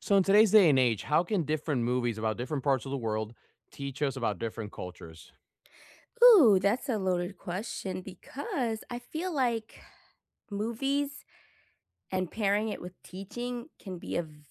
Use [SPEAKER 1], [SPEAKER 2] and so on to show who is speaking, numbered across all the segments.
[SPEAKER 1] So, in today's day and age, how can different movies about different parts of the world teach us about different cultures?
[SPEAKER 2] Ooh, that's a loaded question because I feel like movies and pairing it with teaching can be a v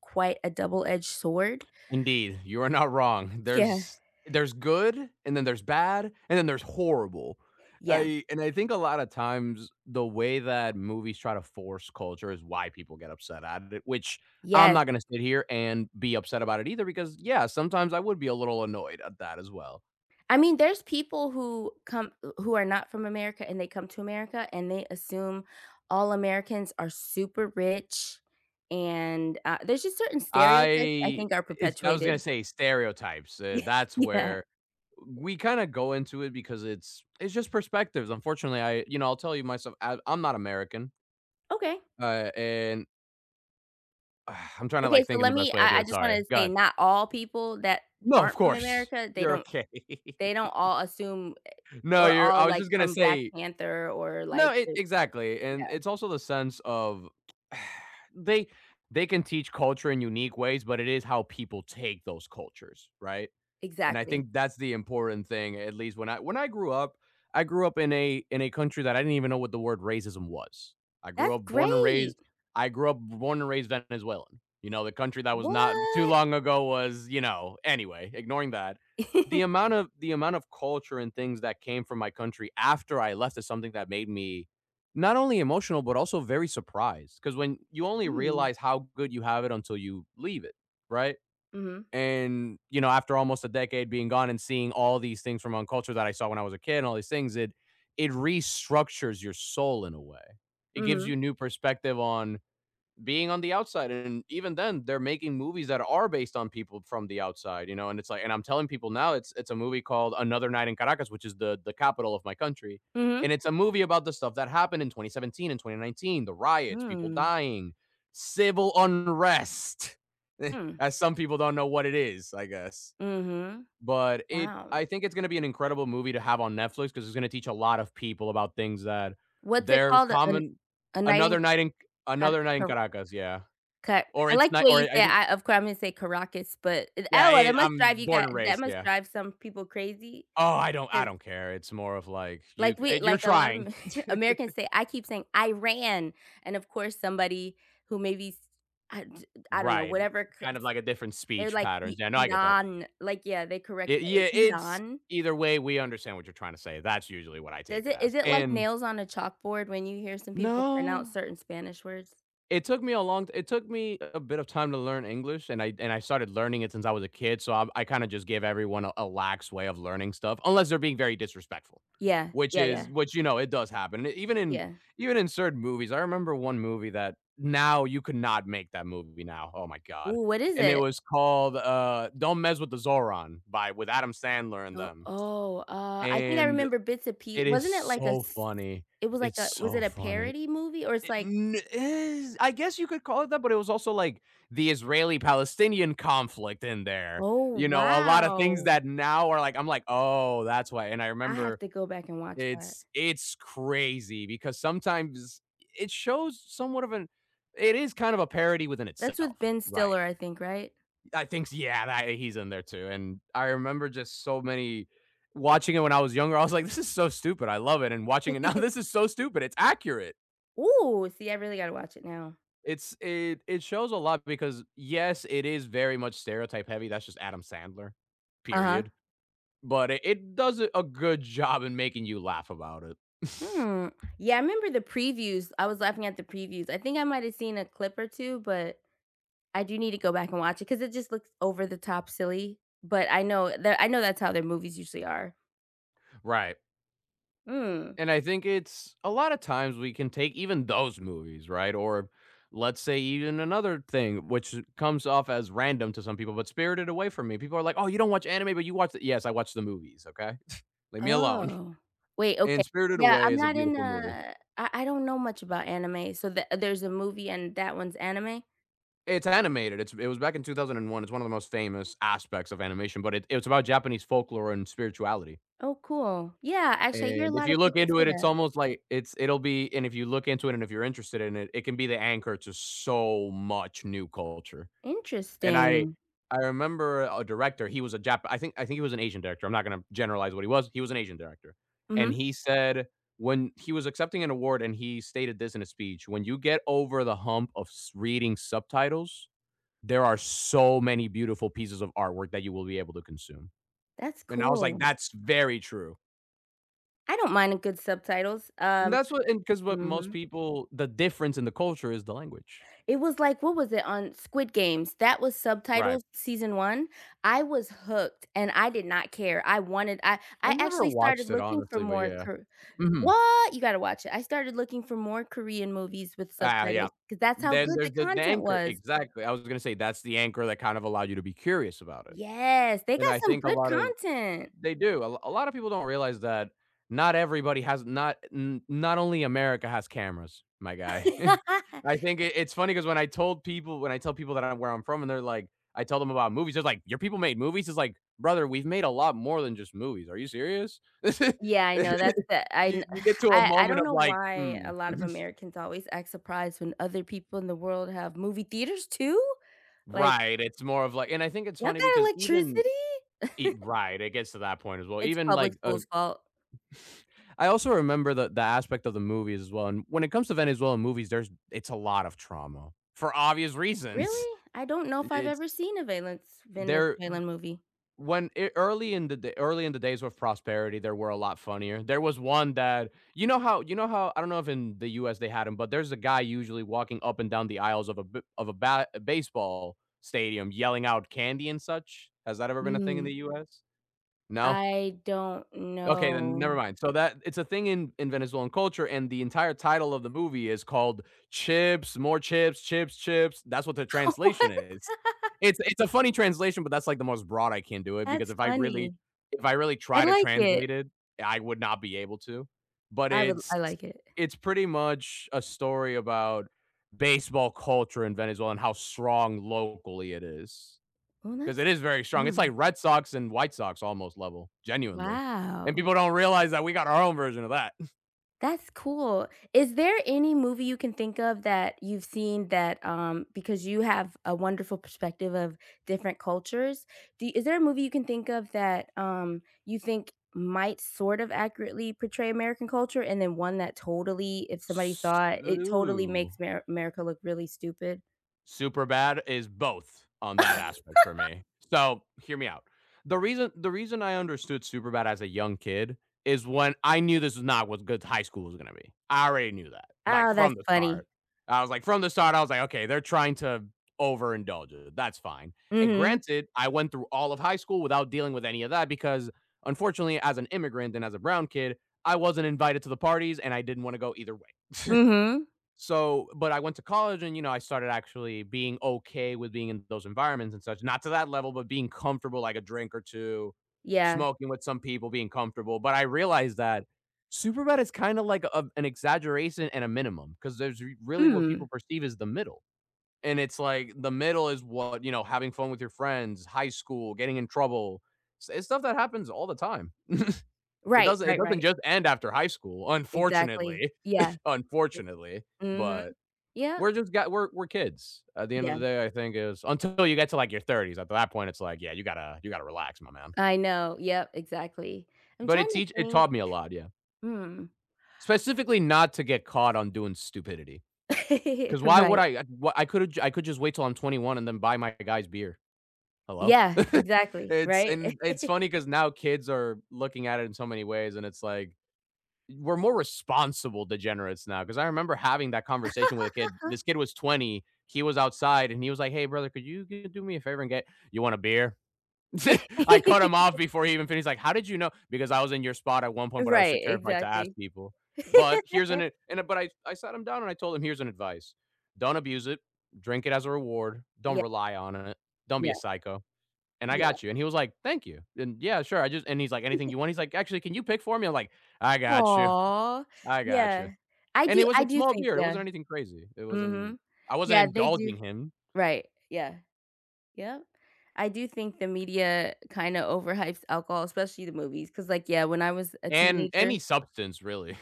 [SPEAKER 2] quite a double-edged sword.
[SPEAKER 1] Indeed, you are not wrong.
[SPEAKER 2] Yeah.
[SPEAKER 1] There's good, and then there's bad, and then there's horrible.
[SPEAKER 2] Yeah.
[SPEAKER 1] I and I think a lot of times the way that movies try to force culture is why people get upset at it, which I'm
[SPEAKER 2] Yes.
[SPEAKER 1] not going to sit here and be upset about it either because yeah, sometimes I would be a little annoyed at that as well.
[SPEAKER 2] I mean, there's people who come who are not from America and they come to America and they assume all Americans are super rich and, there's just certain stereotypes I
[SPEAKER 1] I
[SPEAKER 2] think are
[SPEAKER 1] I was gonna
[SPEAKER 2] perpetuated.
[SPEAKER 1] say stereotypes, that's
[SPEAKER 2] Yeah.
[SPEAKER 1] where we kinda go into it because it's just perspectives, unfortunately, I you know, I'll tell you myself, I'm not American,
[SPEAKER 2] Okay.
[SPEAKER 1] and I'm trying to,
[SPEAKER 2] Okay,
[SPEAKER 1] like,
[SPEAKER 2] so
[SPEAKER 1] think in the
[SPEAKER 2] let
[SPEAKER 1] best
[SPEAKER 2] me
[SPEAKER 1] way to do
[SPEAKER 2] I
[SPEAKER 1] it,
[SPEAKER 2] just
[SPEAKER 1] sorry,
[SPEAKER 2] wanted to say
[SPEAKER 1] God.
[SPEAKER 2] not all people that
[SPEAKER 1] No, of
[SPEAKER 2] aren't from
[SPEAKER 1] course,
[SPEAKER 2] America,
[SPEAKER 1] you're okay.
[SPEAKER 2] they don't all assume
[SPEAKER 1] No,
[SPEAKER 2] or
[SPEAKER 1] you're
[SPEAKER 2] all,
[SPEAKER 1] I was
[SPEAKER 2] like,
[SPEAKER 1] just gonna
[SPEAKER 2] from Black
[SPEAKER 1] say
[SPEAKER 2] Panther or,
[SPEAKER 1] no,
[SPEAKER 2] like,
[SPEAKER 1] e
[SPEAKER 2] the
[SPEAKER 1] exactly, and
[SPEAKER 2] yeah,
[SPEAKER 1] it's also the sense of they they can teach culture in unique ways, but it is how people take those cultures, right? And I
[SPEAKER 2] exactly.
[SPEAKER 1] think that's the important thing, at least when I grew up, I grew up in a country that I didn't even know what the word racism was. I grew
[SPEAKER 2] That's
[SPEAKER 1] up born and
[SPEAKER 2] great.
[SPEAKER 1] raised I grew up born and raised Venezuelan. You know, the country that was not too
[SPEAKER 2] What?
[SPEAKER 1] long ago was, you know, anyway, ignoring that. The amount of culture and things that came from my country after I left is something that made me not only emotional but also very surprised because when you only
[SPEAKER 2] Mm.
[SPEAKER 1] realize how good you have it until you leave it, right?
[SPEAKER 2] Mhm.
[SPEAKER 1] And, you know, after almost a decade being gone and seeing all these things from Unculture that I saw when I was a kid and all these things, it restructures your soul in a way. It gives
[SPEAKER 2] Mhm.
[SPEAKER 1] you new perspective on being on the outside and even then they're making movies that are based on people from the outside, you know, and it's like, and I'm telling people now, it's a movie called Another Night in Caracas, which is the capital of my country,
[SPEAKER 2] Mhm.
[SPEAKER 1] and it's a movie about the stuff that happened in 2017 and 2019, the riots, people
[SPEAKER 2] Mm.
[SPEAKER 1] dying, civil unrest,
[SPEAKER 2] Mm.
[SPEAKER 1] as some people don't know what it is, I guess.
[SPEAKER 2] Mhm.
[SPEAKER 1] But it
[SPEAKER 2] Wow.
[SPEAKER 1] I think it's going to be an incredible movie to have on Netflix because it's going to teach a lot of people about things that
[SPEAKER 2] What's it
[SPEAKER 1] they're
[SPEAKER 2] called? An
[SPEAKER 1] common.
[SPEAKER 2] A night
[SPEAKER 1] another
[SPEAKER 2] in
[SPEAKER 1] night in
[SPEAKER 2] Ca
[SPEAKER 1] Another Night in
[SPEAKER 2] Car
[SPEAKER 1] Caracas, yeah.
[SPEAKER 2] Ca
[SPEAKER 1] Or
[SPEAKER 2] I
[SPEAKER 1] it's
[SPEAKER 2] like the
[SPEAKER 1] not,
[SPEAKER 2] way
[SPEAKER 1] or
[SPEAKER 2] you
[SPEAKER 1] I
[SPEAKER 2] say it.
[SPEAKER 1] think
[SPEAKER 2] I of course, I'm gonna say Caracas, but it
[SPEAKER 1] yeah,
[SPEAKER 2] oh,
[SPEAKER 1] I
[SPEAKER 2] that must
[SPEAKER 1] I'm
[SPEAKER 2] drive you
[SPEAKER 1] born
[SPEAKER 2] guys.
[SPEAKER 1] and
[SPEAKER 2] That
[SPEAKER 1] raised,
[SPEAKER 2] must
[SPEAKER 1] yeah.
[SPEAKER 2] drive some people crazy
[SPEAKER 1] Oh, I
[SPEAKER 2] 'cause
[SPEAKER 1] don't care, it's more of like,
[SPEAKER 2] like,
[SPEAKER 1] you're
[SPEAKER 2] a lot
[SPEAKER 1] trying,
[SPEAKER 2] of Americans say I keep saying, "Iran," and, of course, somebody who maybe s I d I don't know,
[SPEAKER 1] right,
[SPEAKER 2] whatever c
[SPEAKER 1] kind of like a different
[SPEAKER 2] they're
[SPEAKER 1] speech
[SPEAKER 2] like,
[SPEAKER 1] patterns,
[SPEAKER 2] "I
[SPEAKER 1] yeah, no, I get that.
[SPEAKER 2] Iran." Like, yeah, they correct
[SPEAKER 1] It
[SPEAKER 2] me, "I
[SPEAKER 1] yeah, it's
[SPEAKER 2] Iran."
[SPEAKER 1] either way, we understand what you're trying to say, that's usually what I take
[SPEAKER 2] Does
[SPEAKER 1] it
[SPEAKER 2] it is
[SPEAKER 1] as,
[SPEAKER 2] it like
[SPEAKER 1] and
[SPEAKER 2] nails on a chalkboard when you hear some people pronounce
[SPEAKER 1] no,
[SPEAKER 2] certain Spanish words?
[SPEAKER 1] it took me a long it took me a bit of time to learn English, and I started learning it since I was a kid, so I kind of just give everyone a lax way of learning stuff, unless they're being very disrespectful,
[SPEAKER 2] Yeah.
[SPEAKER 1] which
[SPEAKER 2] Yeah,
[SPEAKER 1] is
[SPEAKER 2] yeah.
[SPEAKER 1] which, you know, it does happen. And even in
[SPEAKER 2] Yeah.
[SPEAKER 1] certain movies, I remember one movie that now you could not make that movie now, oh my god,
[SPEAKER 2] Ooh, what is
[SPEAKER 1] and it
[SPEAKER 2] it?
[SPEAKER 1] was called, Don't Mess with the Zoran by with Adam Sandler and them,
[SPEAKER 2] Oh, I think I
[SPEAKER 1] and
[SPEAKER 2] remember bits of pie
[SPEAKER 1] it is
[SPEAKER 2] wasn't it like a
[SPEAKER 1] so
[SPEAKER 2] s
[SPEAKER 1] funny.
[SPEAKER 2] it was like
[SPEAKER 1] It's
[SPEAKER 2] a was
[SPEAKER 1] so
[SPEAKER 2] it a
[SPEAKER 1] funny.
[SPEAKER 2] parody movie or it's like
[SPEAKER 1] I guess you could call it that, but it was also, like, the Israeli-Palestinian conflict in there,
[SPEAKER 2] oh,
[SPEAKER 1] you know, a lot of things
[SPEAKER 2] wow.
[SPEAKER 1] that now are like I'm like, "Oh, that's why," and I
[SPEAKER 2] I have
[SPEAKER 1] remember
[SPEAKER 2] to go back and watch that.
[SPEAKER 1] it's crazy because sometimes it shows somewhat of an it is kind of a parody within
[SPEAKER 2] That's
[SPEAKER 1] itself,
[SPEAKER 2] with Ben
[SPEAKER 1] right.
[SPEAKER 2] Stiller, I think, right?
[SPEAKER 1] I think yeah, that he's in there too, and I remember just so many watching it when I was younger, I was like, "This is so stupid, I love it," and watching it now, this is so stupid, it's accurate.
[SPEAKER 2] Ooh, see, I really gotta watch it now.
[SPEAKER 1] It shows a lot because, yes, it is very much stereotype heavy, that's just Adam Sandler,
[SPEAKER 2] Uh-huh.
[SPEAKER 1] period, but it does a good job in making you laugh about it.
[SPEAKER 2] Hmm, yeah, I remember the previews, I was laughing at the previews. I think I might have seen a clip or 2, but I do need to go back and watch it because it just looks over the top silly, but I know that's how their movies usually are.
[SPEAKER 1] Right,
[SPEAKER 2] Hmm.
[SPEAKER 1] and I think it's a lot of times we can take even those movies, right, or let's say even another thing which comes off as random to some people, but Spirited Away for me, people are like, "Oh, you don't watch anime, but you watch the." Yes, I watch the movies, okay? Leave me alone,
[SPEAKER 2] Oh. Wait, okay.
[SPEAKER 1] and Spirited
[SPEAKER 2] Yeah,
[SPEAKER 1] Away
[SPEAKER 2] I'm
[SPEAKER 1] is a
[SPEAKER 2] not in,
[SPEAKER 1] beautiful movie.
[SPEAKER 2] I don't know much about anime, so there's a movie and that one's anime?
[SPEAKER 1] It's animated. It was back in 2001. It's one of the most famous aspects of animation, but it's about Japanese folklore and spirituality.
[SPEAKER 2] Oh, cool. Yeah, actually, I hear a
[SPEAKER 1] And if
[SPEAKER 2] lot
[SPEAKER 1] you
[SPEAKER 2] of
[SPEAKER 1] look
[SPEAKER 2] people
[SPEAKER 1] into
[SPEAKER 2] say
[SPEAKER 1] it, it's
[SPEAKER 2] that.
[SPEAKER 1] almost like it's it'll be and if you look into it and if you're interested in it, it can be the anchor to so much new culture. And
[SPEAKER 2] Interesting.
[SPEAKER 1] I remember a director, he was a Jap I think he was an Asian director. I'm not gonna generalize what he was. He was an Asian director. And
[SPEAKER 2] Mhm.
[SPEAKER 1] he said when he was accepting an award and he stated this in a speech, "When you get over the hump of s reading subtitles, there are so many beautiful pieces of artwork that you will be able to consume.
[SPEAKER 2] That's
[SPEAKER 1] And I was like,
[SPEAKER 2] cool.
[SPEAKER 1] that's very true.
[SPEAKER 2] I don't mind a good subtitles.
[SPEAKER 1] And that's what and because what most
[SPEAKER 2] Mhm.
[SPEAKER 1] people the difference in the culture is the language.
[SPEAKER 2] It was like what was it on Squid Games? That was
[SPEAKER 1] Right.
[SPEAKER 2] subtitles season 1. I was hooked and I did not care. I wanted
[SPEAKER 1] I
[SPEAKER 2] I
[SPEAKER 1] never
[SPEAKER 2] actually started
[SPEAKER 1] watched it
[SPEAKER 2] looking for
[SPEAKER 1] honestly, but
[SPEAKER 2] more
[SPEAKER 1] yeah.
[SPEAKER 2] Kor
[SPEAKER 1] Mhm.
[SPEAKER 2] What? You gotta watch it. I started looking for more Korean movies with
[SPEAKER 1] Ah, yeah.
[SPEAKER 2] subtitles because that's how
[SPEAKER 1] Then
[SPEAKER 2] good
[SPEAKER 1] there's
[SPEAKER 2] the
[SPEAKER 1] the
[SPEAKER 2] content
[SPEAKER 1] anchor
[SPEAKER 2] was.
[SPEAKER 1] exactly. I was gonna say that's the anchor that kind of allowed you to be curious about it.
[SPEAKER 2] Yes, they
[SPEAKER 1] And
[SPEAKER 2] got
[SPEAKER 1] I
[SPEAKER 2] some
[SPEAKER 1] think a
[SPEAKER 2] good
[SPEAKER 1] lot of
[SPEAKER 2] content.
[SPEAKER 1] they do. A lot of people don't realize that not everybody has not only America has cameras, my guy. I think it's funny because when I tell people that I'm where I'm from and they're like, I tell them about movies, they're like, your people made movies. It's like, brother, we've made a lot more than just movies. Are you serious? you
[SPEAKER 2] Yeah, I know, that's the I
[SPEAKER 1] you
[SPEAKER 2] kn
[SPEAKER 1] get to a
[SPEAKER 2] I
[SPEAKER 1] moment
[SPEAKER 2] don't
[SPEAKER 1] of
[SPEAKER 2] know
[SPEAKER 1] like,
[SPEAKER 2] why
[SPEAKER 1] "Hmm,
[SPEAKER 2] a lot of Americans always act surprised when other people in the world have movie theaters too? Like,
[SPEAKER 1] right. It's more of like, and I think it's
[SPEAKER 2] "Y'all
[SPEAKER 1] funny
[SPEAKER 2] got
[SPEAKER 1] because even
[SPEAKER 2] electricity?"
[SPEAKER 1] right, it gets to that point as well.
[SPEAKER 2] It's
[SPEAKER 1] Even like
[SPEAKER 2] public
[SPEAKER 1] a
[SPEAKER 2] school's fault.
[SPEAKER 1] I also remember the aspect of the movies as well. And when it comes to Venezuelan movies, there's it's a lot of trauma for obvious reasons.
[SPEAKER 2] Really? I don't know if I've
[SPEAKER 1] It's
[SPEAKER 2] ever seen a Valence
[SPEAKER 1] there
[SPEAKER 2] Venezuelan movie.
[SPEAKER 1] when e- early in the da- early in the days of prosperity, there were a lot funnier. There was one that you know how I don't know if in the U.S. they had him, but there's a guy usually walking up and down the aisles of a b- of a, ba- a baseball stadium yelling out candy and such. Has that ever been a thing in
[SPEAKER 2] Mm,
[SPEAKER 1] the U.S.? No.
[SPEAKER 2] I don't
[SPEAKER 1] Okay, then never
[SPEAKER 2] know.
[SPEAKER 1] mind. So that it's a thing in Venezuelan culture, and the entire title of the movie is called "Chips, More Chips, Chips, Chips." That's what the translation
[SPEAKER 2] What?
[SPEAKER 1] is. It's a funny translation, but that's like the most broad I can do it because
[SPEAKER 2] That's funny.
[SPEAKER 1] if I really
[SPEAKER 2] I
[SPEAKER 1] try to
[SPEAKER 2] like it.
[SPEAKER 1] translate it, I would not be able to. But
[SPEAKER 2] I like it.
[SPEAKER 1] it's pretty much a story about baseball culture in Venezuela and how strong locally it is
[SPEAKER 2] Well,
[SPEAKER 1] because
[SPEAKER 2] that's
[SPEAKER 1] it is very strong. It's like
[SPEAKER 2] mm,
[SPEAKER 1] Red Sox and White Sox almost level, genuinely. And
[SPEAKER 2] wow.
[SPEAKER 1] people don't realize that we got our own version of that.
[SPEAKER 2] That's cool. Is there any movie you can think of that you've seen that, because you have a wonderful perspective of different cultures, do is there a movie you can think of that, you think might sort of accurately portray American culture, and then one that totally, if somebody saw it, it totally
[SPEAKER 1] Ooh.
[SPEAKER 2] makes Mer America look really stupid?
[SPEAKER 1] Superbad is both on that aspect for me. So, hear me out. The reason I understood Superbad as a young kid is when I knew this was not what good high school was gonna be. I already knew that, like,
[SPEAKER 2] Oh,
[SPEAKER 1] from
[SPEAKER 2] that's
[SPEAKER 1] the
[SPEAKER 2] funny.
[SPEAKER 1] start. I was like from the start, I was like, "Okay, they're trying to overindulge it. That's fine." And
[SPEAKER 2] Mhm.
[SPEAKER 1] granted, I went through all of high school without dealing with any of that because, unfortunately, as an immigrant and as a brown kid, I wasn't invited to the parties, and I didn't wanna go either way.
[SPEAKER 2] Mhm.
[SPEAKER 1] So, but I went to college and, you know, I started actually being okay with being in those environments and such, not to that level, but being comfortable, like a drink or two,
[SPEAKER 2] Yeah.
[SPEAKER 1] smoking with some people, being comfortable. But I realized that Superbad is kind of like a, an exaggeration and a minimum because there's really what
[SPEAKER 2] Hmm.
[SPEAKER 1] people perceive as the middle. And it's like the middle is what, you know, having fun with your friends, high school, getting in trouble. It's stuff that happens all the time. It
[SPEAKER 2] Right,
[SPEAKER 1] doesn't it
[SPEAKER 2] right,
[SPEAKER 1] doesn't
[SPEAKER 2] right.
[SPEAKER 1] just end after high school,
[SPEAKER 2] Exactly.
[SPEAKER 1] unfortunately.
[SPEAKER 2] Yeah. Like
[SPEAKER 1] Unfortunately,
[SPEAKER 2] mhm.
[SPEAKER 1] but
[SPEAKER 2] Yeah.
[SPEAKER 1] we're just got we're kids. At the end of
[SPEAKER 2] Yeah.
[SPEAKER 1] the day, I think is until you get to like your 30s. At that point, it's like, yeah, you gotta relax, my man.
[SPEAKER 2] I know, yep, exactly. I'm
[SPEAKER 1] But it
[SPEAKER 2] trying to
[SPEAKER 1] teach it
[SPEAKER 2] think.
[SPEAKER 1] taught me a lot, yeah.
[SPEAKER 2] Hmm.
[SPEAKER 1] Specifically, not to get caught on doing stupidity. Because why would
[SPEAKER 2] Right.
[SPEAKER 1] I? Wh- I could have I could just wait till I'm 21 and then buy my guys beer. Hello,
[SPEAKER 2] Yeah, exactly, right?
[SPEAKER 1] it's funny because now kids are looking at it in so many ways, and it's like we're more responsible degenerates now because I remember having that conversation with a kid. This kid was 20. He was outside and he was like, "Hey, brother, could you do me a favor and get you want a beer?" I cut him off before he even finished. Like, how did you know? Because I was in your spot at one point, but I was too
[SPEAKER 2] Right,
[SPEAKER 1] terrified to ask
[SPEAKER 2] exactly.
[SPEAKER 1] people. But here's an and uh, but I I sat him down and I told him here's an advice: don't abuse it. Drink it as a reward. Don't
[SPEAKER 2] Yeah,
[SPEAKER 1] rely on it. Don't be
[SPEAKER 2] yeah,
[SPEAKER 1] a psycho. And I
[SPEAKER 2] yeah.
[SPEAKER 1] got you. And he was like, "Thank you." And yeah, sure. I just and he's like, "Anything you want?" He's like, "Actually, can you pick for me?" I'm like, I got you.
[SPEAKER 2] Aw,
[SPEAKER 1] I
[SPEAKER 2] yeah.
[SPEAKER 1] gotcha. And it was
[SPEAKER 2] I
[SPEAKER 1] a
[SPEAKER 2] do
[SPEAKER 1] small
[SPEAKER 2] think,
[SPEAKER 1] beer, it
[SPEAKER 2] yeah.
[SPEAKER 1] wasn't anything crazy. It wasn't
[SPEAKER 2] Mhm.
[SPEAKER 1] I wasn't
[SPEAKER 2] Yeah, they do
[SPEAKER 1] indulging him
[SPEAKER 2] right, yeah, yep. I do think the media kinda overhypes alcohol, especially the movies, because, like, yeah, when I was a
[SPEAKER 1] and
[SPEAKER 2] teenager.
[SPEAKER 1] any substance really.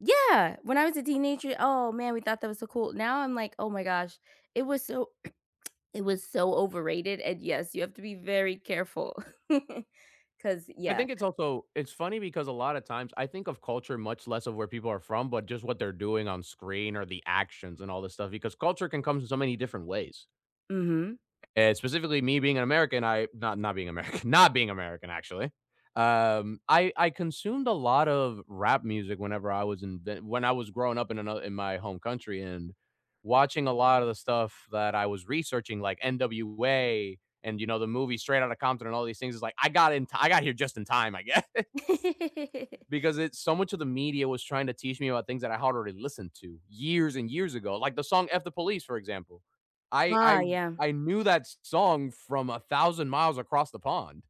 [SPEAKER 2] Yeah, when I was a teenager, oh man, we thought that was so cool. Now I'm like, "Oh my gosh, it was so it was so overrated," and yes, you have to be very careful, cause
[SPEAKER 1] I
[SPEAKER 2] yeah.
[SPEAKER 1] think it's also it's funny because a lot of times I think of culture much less of where people are from, but just what they're doing on screen or the actions and all this stuff because culture can come in so many different ways.
[SPEAKER 2] Mhm.
[SPEAKER 1] And specifically me being an American, I not not being American, not being American actually. I consumed a lot of rap music when I was growing up in my home country and watching a lot of the stuff that I was researching, like NWA and you know the movie Straight Outta Compton and all these things. Is like I got in, I got here just in time, I guess. Because it's so much of the media was trying to teach me about things that I had already listened to years and years ago, like the song "F the Police," for example. I
[SPEAKER 2] Ah,
[SPEAKER 1] I
[SPEAKER 2] yeah.
[SPEAKER 1] I knew that song from a thousand miles across the pond.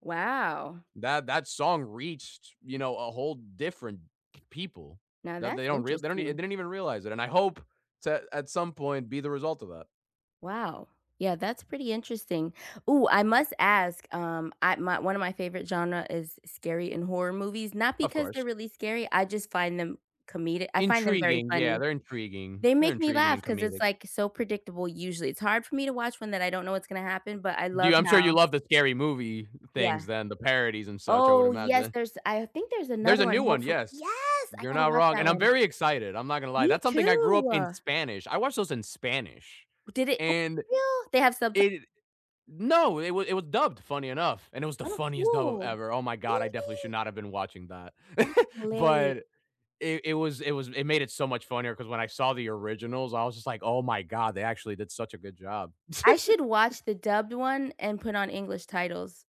[SPEAKER 2] Wow.
[SPEAKER 1] That song reached you know a whole different people
[SPEAKER 2] Now
[SPEAKER 1] that they
[SPEAKER 2] that's
[SPEAKER 1] don't real they don't e- they
[SPEAKER 2] interesting.
[SPEAKER 1] didn't even realize it, and I hope to at some point be the result of that.
[SPEAKER 2] Wow. Yeah, that's pretty interesting. Ooh, I must ask, I my one of my favorite genre is scary and horror movies, not
[SPEAKER 1] Of
[SPEAKER 2] because they're
[SPEAKER 1] course,
[SPEAKER 2] really scary, I just find them comedic I find them very
[SPEAKER 1] intriguing. Yeah,
[SPEAKER 2] funny.
[SPEAKER 1] they're intriguing.
[SPEAKER 2] They
[SPEAKER 1] They're
[SPEAKER 2] make me
[SPEAKER 1] intriguing and
[SPEAKER 2] laugh because it's,
[SPEAKER 1] comedic.
[SPEAKER 2] like, so predictable usually. It's hard for me to watch one that I don't know what's gonna happen, but I
[SPEAKER 1] Do you,
[SPEAKER 2] love
[SPEAKER 1] I'm sure you
[SPEAKER 2] how
[SPEAKER 1] love the scary movie things,
[SPEAKER 2] yeah.
[SPEAKER 1] then the parodies and such. I would
[SPEAKER 2] Oh, yes,
[SPEAKER 1] imagine.
[SPEAKER 2] there's I think there's
[SPEAKER 1] There's
[SPEAKER 2] another
[SPEAKER 1] a
[SPEAKER 2] one,
[SPEAKER 1] new one,
[SPEAKER 2] hopefully,
[SPEAKER 1] yes.
[SPEAKER 2] yes! I
[SPEAKER 1] You're
[SPEAKER 2] gotta
[SPEAKER 1] not
[SPEAKER 2] watch
[SPEAKER 1] wrong,
[SPEAKER 2] that
[SPEAKER 1] and I'm
[SPEAKER 2] one.
[SPEAKER 1] very excited, I'm not gonna lie.
[SPEAKER 2] Me
[SPEAKER 1] That's something I grew
[SPEAKER 2] too.
[SPEAKER 1] up in Spanish. I watched those in Spanish,
[SPEAKER 2] Did it oh,
[SPEAKER 1] and
[SPEAKER 2] real? They have subtitles.
[SPEAKER 1] it No, it was dubbed, funny enough, and it was the
[SPEAKER 2] Oh,
[SPEAKER 1] funniest dub of
[SPEAKER 2] cool.
[SPEAKER 1] ever. Oh my god, I definitely should
[SPEAKER 2] Really?
[SPEAKER 1] not have been watching that.
[SPEAKER 2] That's hilarious.
[SPEAKER 1] But it made it so much funnier because when I saw the originals, I was just like, "Oh my god, they actually did such a good job."
[SPEAKER 2] I should watch the dubbed one and put on English titles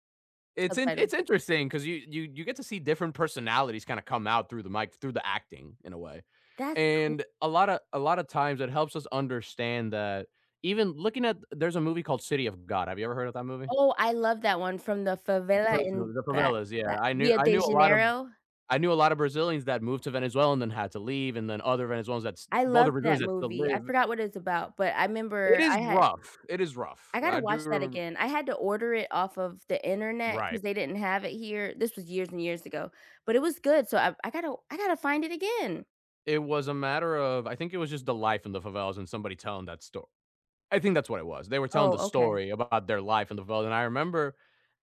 [SPEAKER 1] It's in it's
[SPEAKER 2] subtitles.
[SPEAKER 1] interesting because you get to see different personalities kinda come out through the mic through the acting in a way.
[SPEAKER 2] That's cool.
[SPEAKER 1] And a lot of times it helps us understand that even looking at there's a movie called City of God. Have you ever heard of that movie?
[SPEAKER 2] Oh, I love that one from the favela
[SPEAKER 1] Personally,
[SPEAKER 2] in
[SPEAKER 1] the favelas,
[SPEAKER 2] Bra
[SPEAKER 1] yeah. I knew
[SPEAKER 2] Rio
[SPEAKER 1] I
[SPEAKER 2] de
[SPEAKER 1] knew a lot of
[SPEAKER 2] Janeiro.
[SPEAKER 1] I knew a lot of Brazilians that moved to Venezuela and then had to leave, and then
[SPEAKER 2] I
[SPEAKER 1] other
[SPEAKER 2] loved
[SPEAKER 1] Brazilians
[SPEAKER 2] that
[SPEAKER 1] that still
[SPEAKER 2] movie. I
[SPEAKER 1] live.
[SPEAKER 2] forgot what it's about, but I
[SPEAKER 1] It
[SPEAKER 2] remember
[SPEAKER 1] is
[SPEAKER 2] I had
[SPEAKER 1] rough. It is rough.
[SPEAKER 2] I gotta
[SPEAKER 1] I do
[SPEAKER 2] watch that
[SPEAKER 1] remember.
[SPEAKER 2] again. I had to order it off of the internet
[SPEAKER 1] Right.
[SPEAKER 2] because they didn't have it here. This was years and years ago, but it was good, so I gotta I gotta find it again.
[SPEAKER 1] It was a matter of I think it was just the life in the favelas and somebody telling that story. I think that's what it was. They were telling
[SPEAKER 2] Oh,
[SPEAKER 1] the
[SPEAKER 2] okay.
[SPEAKER 1] story about their life in the world, and I remember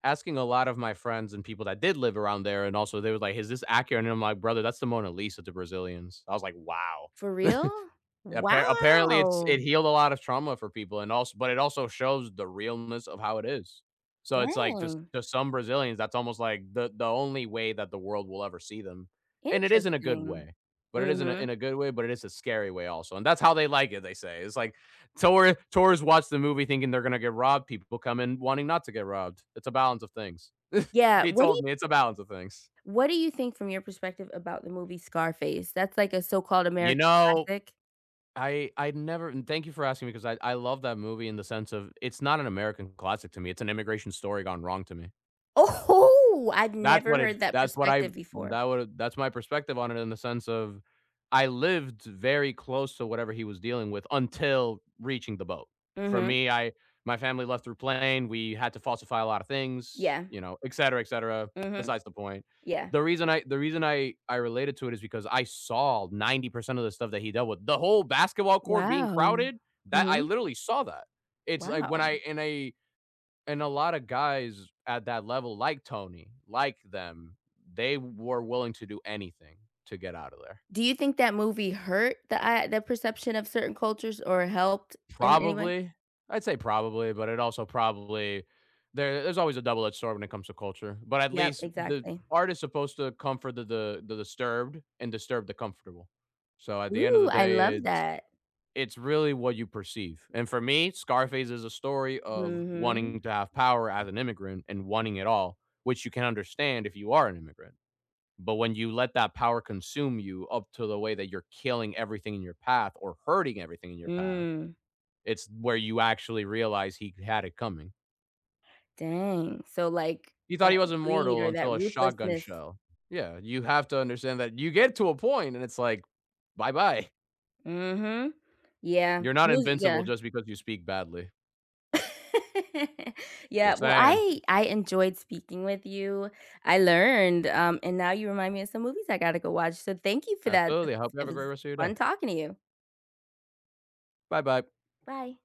[SPEAKER 1] asking a lot of my friends and people that did live around there, and also they were like, "Is this accurate?" And I'm like, "Brother, that's the Mona Lisa to Brazilians." I was like, "Wow."
[SPEAKER 2] For real?
[SPEAKER 1] Apparently, it's
[SPEAKER 2] Wow.
[SPEAKER 1] it healed a lot of trauma for people, and also, but it also shows the realness of how it is. So it's like to,
[SPEAKER 2] Dang.
[SPEAKER 1] to some Brazilians, that's almost like the only way that the world will ever see them, and it is isn't a good
[SPEAKER 2] Interesting.
[SPEAKER 1] way. But it isn't in
[SPEAKER 2] Mhm.
[SPEAKER 1] a good way, but it is a scary way also, and that's how they like it. They say it's like tourists watch the movie thinking they're gonna get robbed. People come in wanting not to get robbed. It's a balance of things.
[SPEAKER 2] Yeah,
[SPEAKER 1] He told me it's a balance of things.
[SPEAKER 2] what do you think from your perspective about the movie Scarface? That's like a so-called
[SPEAKER 1] You
[SPEAKER 2] American
[SPEAKER 1] know,
[SPEAKER 2] classic.
[SPEAKER 1] I never and thank you for asking me because I love that movie in the sense of it's not an American classic to me. It's an immigration story gone wrong to me.
[SPEAKER 2] Oh, I've
[SPEAKER 1] That's
[SPEAKER 2] never
[SPEAKER 1] what it
[SPEAKER 2] heard that
[SPEAKER 1] that's what I
[SPEAKER 2] perspective before.
[SPEAKER 1] that would That's my perspective on it in the sense of I lived very close to whatever he was dealing with until reaching the boat. For
[SPEAKER 2] Mhm.
[SPEAKER 1] me, I my family left through plane, we had to falsify a lot of things,
[SPEAKER 2] Yeah.
[SPEAKER 1] you know, et cetera,
[SPEAKER 2] Mhm.
[SPEAKER 1] besides the point.
[SPEAKER 2] Yeah.
[SPEAKER 1] The reason I related to it is because I saw 90% of the stuff that he dealt with. The whole basketball court being
[SPEAKER 2] Wow.
[SPEAKER 1] crowded, that I
[SPEAKER 2] Mhm.
[SPEAKER 1] literally saw that. It's like when
[SPEAKER 2] Wow.
[SPEAKER 1] I in a and a lot of guys at that level, like Tony, like them, they were willing to do anything to get out of there.
[SPEAKER 2] Do you think that movie hurt the perception of certain cultures or helped in any way?
[SPEAKER 1] Probably, I'd say probably, but it also probably there's always a double-edged sword when it comes to culture. But at
[SPEAKER 2] Yep,
[SPEAKER 1] least the
[SPEAKER 2] exactly.
[SPEAKER 1] art is supposed to comfort the disturbed and disturb the comfortable. So at the end of the
[SPEAKER 2] Ooh, I
[SPEAKER 1] day,
[SPEAKER 2] love
[SPEAKER 1] it's
[SPEAKER 2] that.
[SPEAKER 1] it's really what you perceive. And for me, Scarface is a story of
[SPEAKER 2] Mhm.
[SPEAKER 1] wanting to have power as an immigrant and wanting it all, which you can understand if you are an immigrant. But when you let that power consume you up to the way that you're killing everything in your path or hurting everything in your path,
[SPEAKER 2] Mm.
[SPEAKER 1] it's where you actually realize he had it coming.
[SPEAKER 2] Dang. So, like,
[SPEAKER 1] He thought
[SPEAKER 2] that
[SPEAKER 1] he was
[SPEAKER 2] greed
[SPEAKER 1] immortal
[SPEAKER 2] or
[SPEAKER 1] until
[SPEAKER 2] that
[SPEAKER 1] a shotgun
[SPEAKER 2] ruthlessness.
[SPEAKER 1] shell. Yeah, you have to understand that you get to a point and it's like, bye bye.
[SPEAKER 2] Mhm. Yeah.
[SPEAKER 1] You're not
[SPEAKER 2] Movies
[SPEAKER 1] invincible
[SPEAKER 2] yeah.
[SPEAKER 1] just because you speak badly.
[SPEAKER 2] Yeah,
[SPEAKER 1] Just
[SPEAKER 2] well,
[SPEAKER 1] saying.
[SPEAKER 2] I enjoyed speaking with you. I learned, and now you remind me of some movies I gotta go watch, so thank you for that.
[SPEAKER 1] Absolutely. I hope you have
[SPEAKER 2] It
[SPEAKER 1] a great
[SPEAKER 2] was
[SPEAKER 1] rest of your day.
[SPEAKER 2] fun talking to you.
[SPEAKER 1] Bye bye.
[SPEAKER 2] Bye.